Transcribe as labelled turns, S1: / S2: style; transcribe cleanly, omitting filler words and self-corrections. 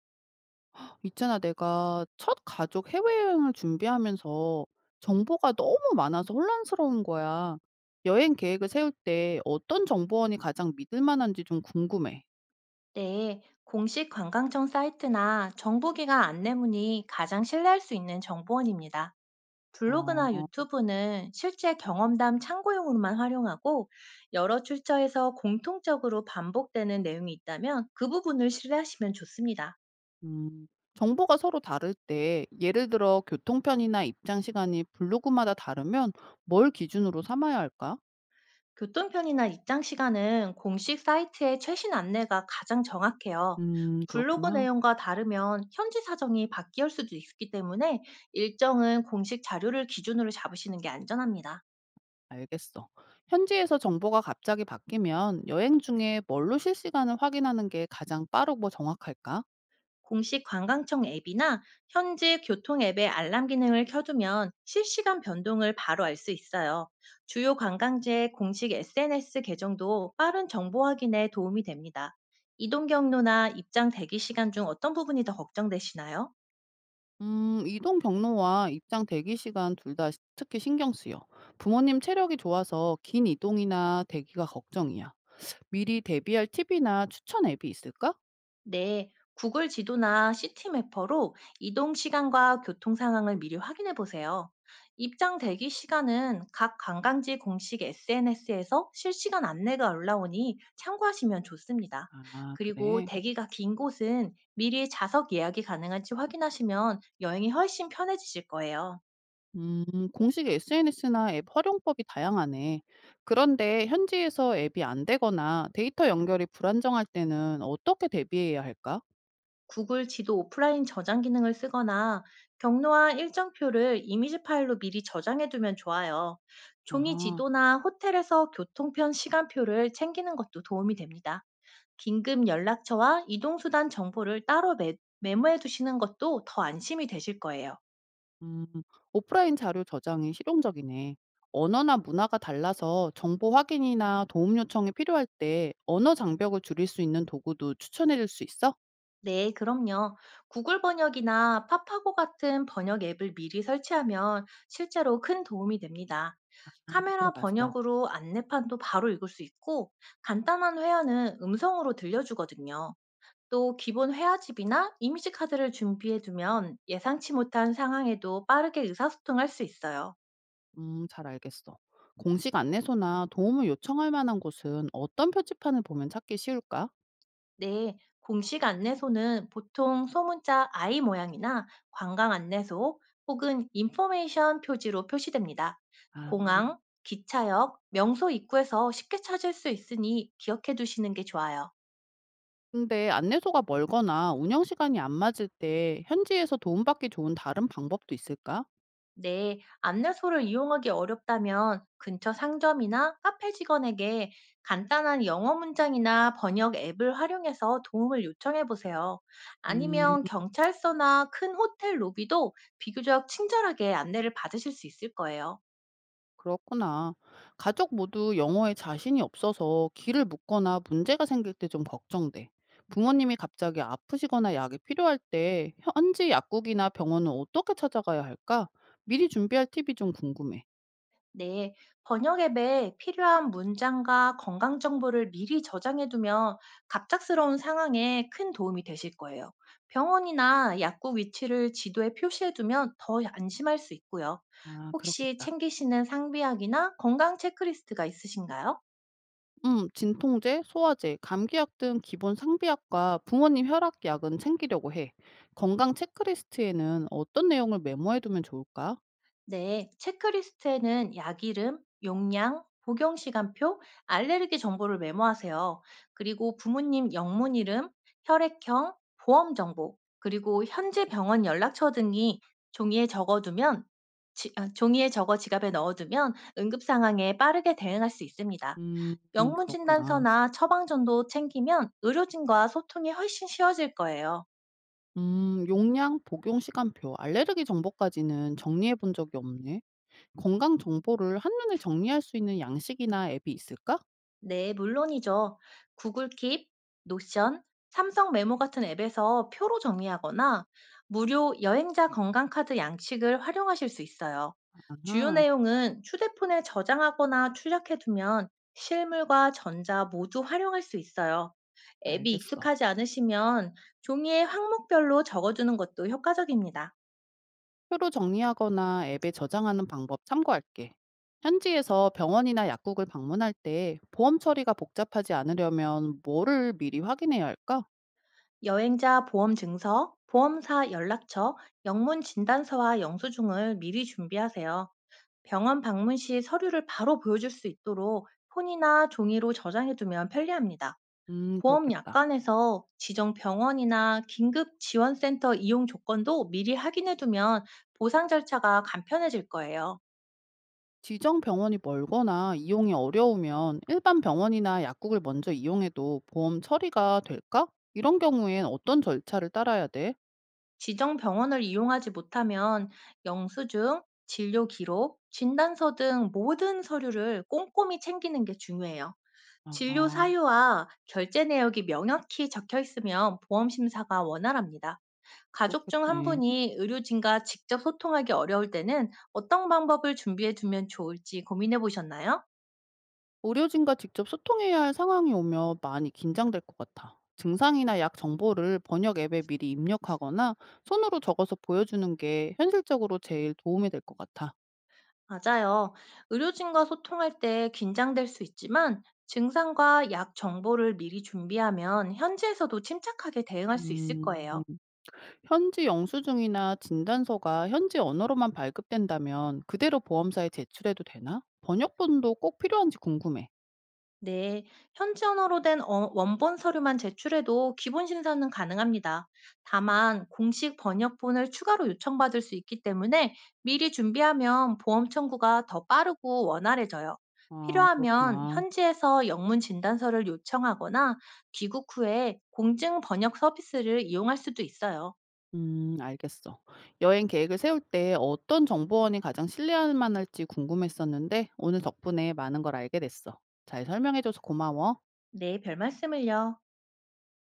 S1: 있잖아, 내가 첫 가족 해외여행을 준비하면서 정보가 너무 많아서 혼란스러운 거야. 여행 계획을 세울 때 어떤 정보원이 가장 믿을 만한지 좀 궁금해.
S2: 네, 공식 관광청 사이트나 정부기관 안내문이 가장 신뢰할 수 있는 정보원입니다. 블로그나
S1: 어,
S2: 유튜브는 실제 경험담 참고용으로만 활용하고 여러 출처에서 공통적으로 반복되는 내용이 있다면 그 부분을 신뢰하시면 좋습니다.
S1: 음, 정보가 서로 다를 때, 예를 들어 교통편이나 입장 시간이 블로그마다 다르면 뭘 기준으로 삼아야 할까?
S2: 교통편이나 입장 시간은 공식 사이트의 최신 안내가 가장 정확해요. 블로그
S1: 그렇구나.
S2: 내용과 다르면 현지 사정이 바뀔 수도 있기 때문에 일정은 공식 자료를 기준으로 잡으시는 게 안전합니다.
S1: 알겠어. 현지에서 정보가 갑자기 바뀌면 여행 중에 뭘로 실시간을 확인하는 게 가장 빠르고 정확할까?
S2: 공식 관광청 앱이나 현지 교통 앱의 알람 기능을 켜두면 실시간 변동을 바로 알 수 있어요. 주요 관광지의 공식 SNS 계정도 빠른 정보 확인에 도움이 됩니다. 이동 경로나 입장 대기 시간 중 어떤 부분이 더 걱정되시나요?
S1: 이동 경로와 입장 대기 시간 둘 다 특히 신경 쓰여. 부모님 체력이 좋아서 긴 이동이나 대기가 걱정이야. 미리 대비할 팁이나 추천 앱이 있을까?
S2: 네, 구글 지도나 시티맵퍼로 이동 시간과 교통 상황을 미리 확인해 보세요. 입장 대기 시간은 각 관광지 공식 SNS에서 실시간 안내가 올라오니 참고하시면 좋습니다.
S1: 아,
S2: 그리고
S1: 그래.
S2: 대기가 긴 곳은 미리 좌석 예약이 가능한지 확인하시면 여행이 훨씬 편해지실 거예요.
S1: 음, 공식 SNS나 앱 활용법이 다양하네. 그런데 현지에서 앱이 안 되거나 데이터 연결이 불안정할 때는 어떻게 대비해야 할까?
S2: 구글 지도 오프라인 저장 기능을 쓰거나 경로와 일정표를 이미지 파일로 미리 저장해 두면 좋아요. 종이
S1: 아
S2: 지도나 호텔에서 교통편 시간표를 챙기는 것도 도움이 됩니다. 긴급 연락처와 이동수단 정보를 따로 메모해 두시는 것도 더 안심이 되실 거예요.
S1: 음, 오프라인 자료 저장이 실용적이네. 언어나 문화가 달라서 정보 확인이나 도움 요청이 필요할 때 언어 장벽을 줄일 수 있는 도구도 추천해 줄 수 있어?
S2: 네, 그럼요. 구글 번역이나 파파고 같은 번역 앱을 미리 설치하면 실제로 큰 도움이 됩니다.
S1: 아,
S2: 카메라
S1: 들어봤어.
S2: 번역으로 안내판도 바로 읽을 수 있고, 간단한 회화는 음성으로 들려주거든요. 또 기본 회화집이나 이미지 카드를 준비해두면 예상치 못한 상황에도 빠르게 의사소통할 수 있어요.
S1: 잘 알겠어. 공식 안내소나 도움을 요청할 만한 곳은 어떤 표지판을 보면 찾기 쉬울까?
S2: 네, 공식 안내소는 보통 소문자 I 모양이나 관광 안내소 혹은 인포메이션 표지로 표시됩니다.
S1: 아,
S2: 공항, 기차역, 명소 입구에서 쉽게 찾을 수 있으니 기억해 두시는 게 좋아요.
S1: 근데 안내소가 멀거나 운영 시간이 안 맞을 때 현지에서 도움받기 좋은 다른 방법도 있을까?
S2: 네, 안내소를 이용하기 어렵다면 근처 상점이나 카페 직원에게 간단한 영어 문장이나 번역 앱을 활용해서 도움을 요청해 보세요.
S1: 음.
S2: 아니면 경찰서나 큰 호텔 로비도 비교적 친절하게 안내를 받으실 수 있을 거예요.
S1: 그렇구나. 가족 모두 영어에 자신이 없어서 귀를 묶거나 문제가 생길 때 좀 걱정돼. 부모님이 갑자기 아프시거나 약이 필요할 때 현지 약국이나 병원은 어떻게 찾아가야 할까? 미리 준비할 팁이 좀 궁금해.
S2: 네, 번역 앱에 필요한 문장과 건강 정보를 미리 저장해 두면 갑작스러운 상황에 큰 도움이 되실 거예요. 병원이나 약국 위치를 지도에 표시해 두면 더 안심할 수 있고요.
S1: 아,
S2: 혹시
S1: 그렇겠다.
S2: 챙기시는 상비약이나 건강 체크리스트가 있으신가요?
S1: 진통제, 소화제, 감기약 등 기본 상비약과 부모님 혈압약은 챙기려고 해. 건강 체크리스트에는 어떤 내용을 메모해두면 좋을까?
S2: 네, 체크리스트에는 약 이름, 용량, 복용 시간표, 알레르기 정보를 메모하세요. 그리고 부모님 영문 이름, 혈액형, 보험 정보, 그리고 현재 병원 연락처 등이 종이에 적어두면 아, 종이에 적어 지갑에 넣어두면 응급 상황에 빠르게 대응할 수 있습니다. 영문
S1: 그렇구나.
S2: 진단서나 처방전도 챙기면 의료진과 소통이 훨씬 쉬워질 거예요.
S1: 용량, 복용 시간표, 알레르기 정보까지는 정리해 본 적이 없네. 건강 정보를 한눈에 정리할 수 있는 양식이나 앱이 있을까?
S2: 네, 물론이죠. 구글 킵, 노션, 삼성 메모 같은 앱에서 표로 정리하거나 무료 여행자 건강카드 양식을 활용하실 수 있어요. 주요
S1: 아하,
S2: 내용은 휴대폰에 저장하거나 출력해두면 실물과 전자 모두 활용할 수 있어요. 앱이
S1: 알겠어.
S2: 익숙하지 않으시면 종이에 항목별로 적어두는 것도 효과적입니다.
S1: 표로 정리하거나 앱에 저장하는 방법 참고할게. 현지에서 병원이나 약국을 방문할 때 보험 처리가 복잡하지 않으려면 뭐를 미리 확인해야 할까?
S2: 여행자 보험 증서, 보험사 연락처, 영문 진단서와 영수증을 미리 준비하세요. 병원 방문 시 서류를 바로 보여줄 수 있도록 폰이나 종이로 저장해두면 편리합니다. 보험
S1: 그렇겠다.
S2: 약관에서 지정 병원이나 긴급 지원센터 이용 조건도 미리 확인해두면 보상 절차가 간편해질 거예요.
S1: 지정 병원이 멀거나 이용이 어려우면 일반 병원이나 약국을 먼저 이용해도 보험 처리가 될까? 이런 경우엔 어떤 절차를 따라야 돼?
S2: 지정 병원을 이용하지 못하면 영수증, 진료 기록, 진단서 등 모든 서류를 꼼꼼히 챙기는 게 중요해요. 진료
S1: 아,
S2: 사유와 결제 내역이 명확히 적혀 있으면 보험 심사가 원활합니다. 가족 중 한
S1: 그렇겠네.
S2: 분이 의료진과 직접 소통하기 어려울 때는 어떤 방법을 준비해 두면 좋을지 고민해 보셨나요?
S1: 의료진과 직접 소통해야 할 상황이 오면 많이 긴장될 것 같아. 증상이나 약 정보를 번역 앱에 미리 입력하거나 손으로 적어서 보여주는 게 현실적으로 제일 도움이 될 것 같아.
S2: 맞아요. 의료진과 소통할 때 긴장될 수 있지만 증상과 약 정보를 미리 준비하면 현지에서도 침착하게 대응할 수 있을
S1: 음,
S2: 거예요.
S1: 현지 영수증이나 진단서가 현지 언어로만 발급된다면 그대로 보험사에 제출해도 되나? 번역본도 꼭 필요한지 궁금해.
S2: 네, 현지 언어로 된 원본 서류만 제출해도 기본 심사는 가능합니다. 다만 공식 번역본을 추가로 요청받을 수 있기 때문에 미리 준비하면 보험 청구가 더 빠르고 원활해져요.
S1: 아,
S2: 필요하면
S1: 그렇구나.
S2: 현지에서 영문 진단서를 요청하거나 귀국 후에 공증 번역 서비스를 이용할 수도 있어요.
S1: 알겠어. 여행 계획을 세울 때 어떤 정보원이 가장 신뢰할 만할지 궁금했었는데 오늘 덕분에 많은 걸 알게 됐어. 잘 설명해줘서 고마워.
S2: 네, 별 말씀을요.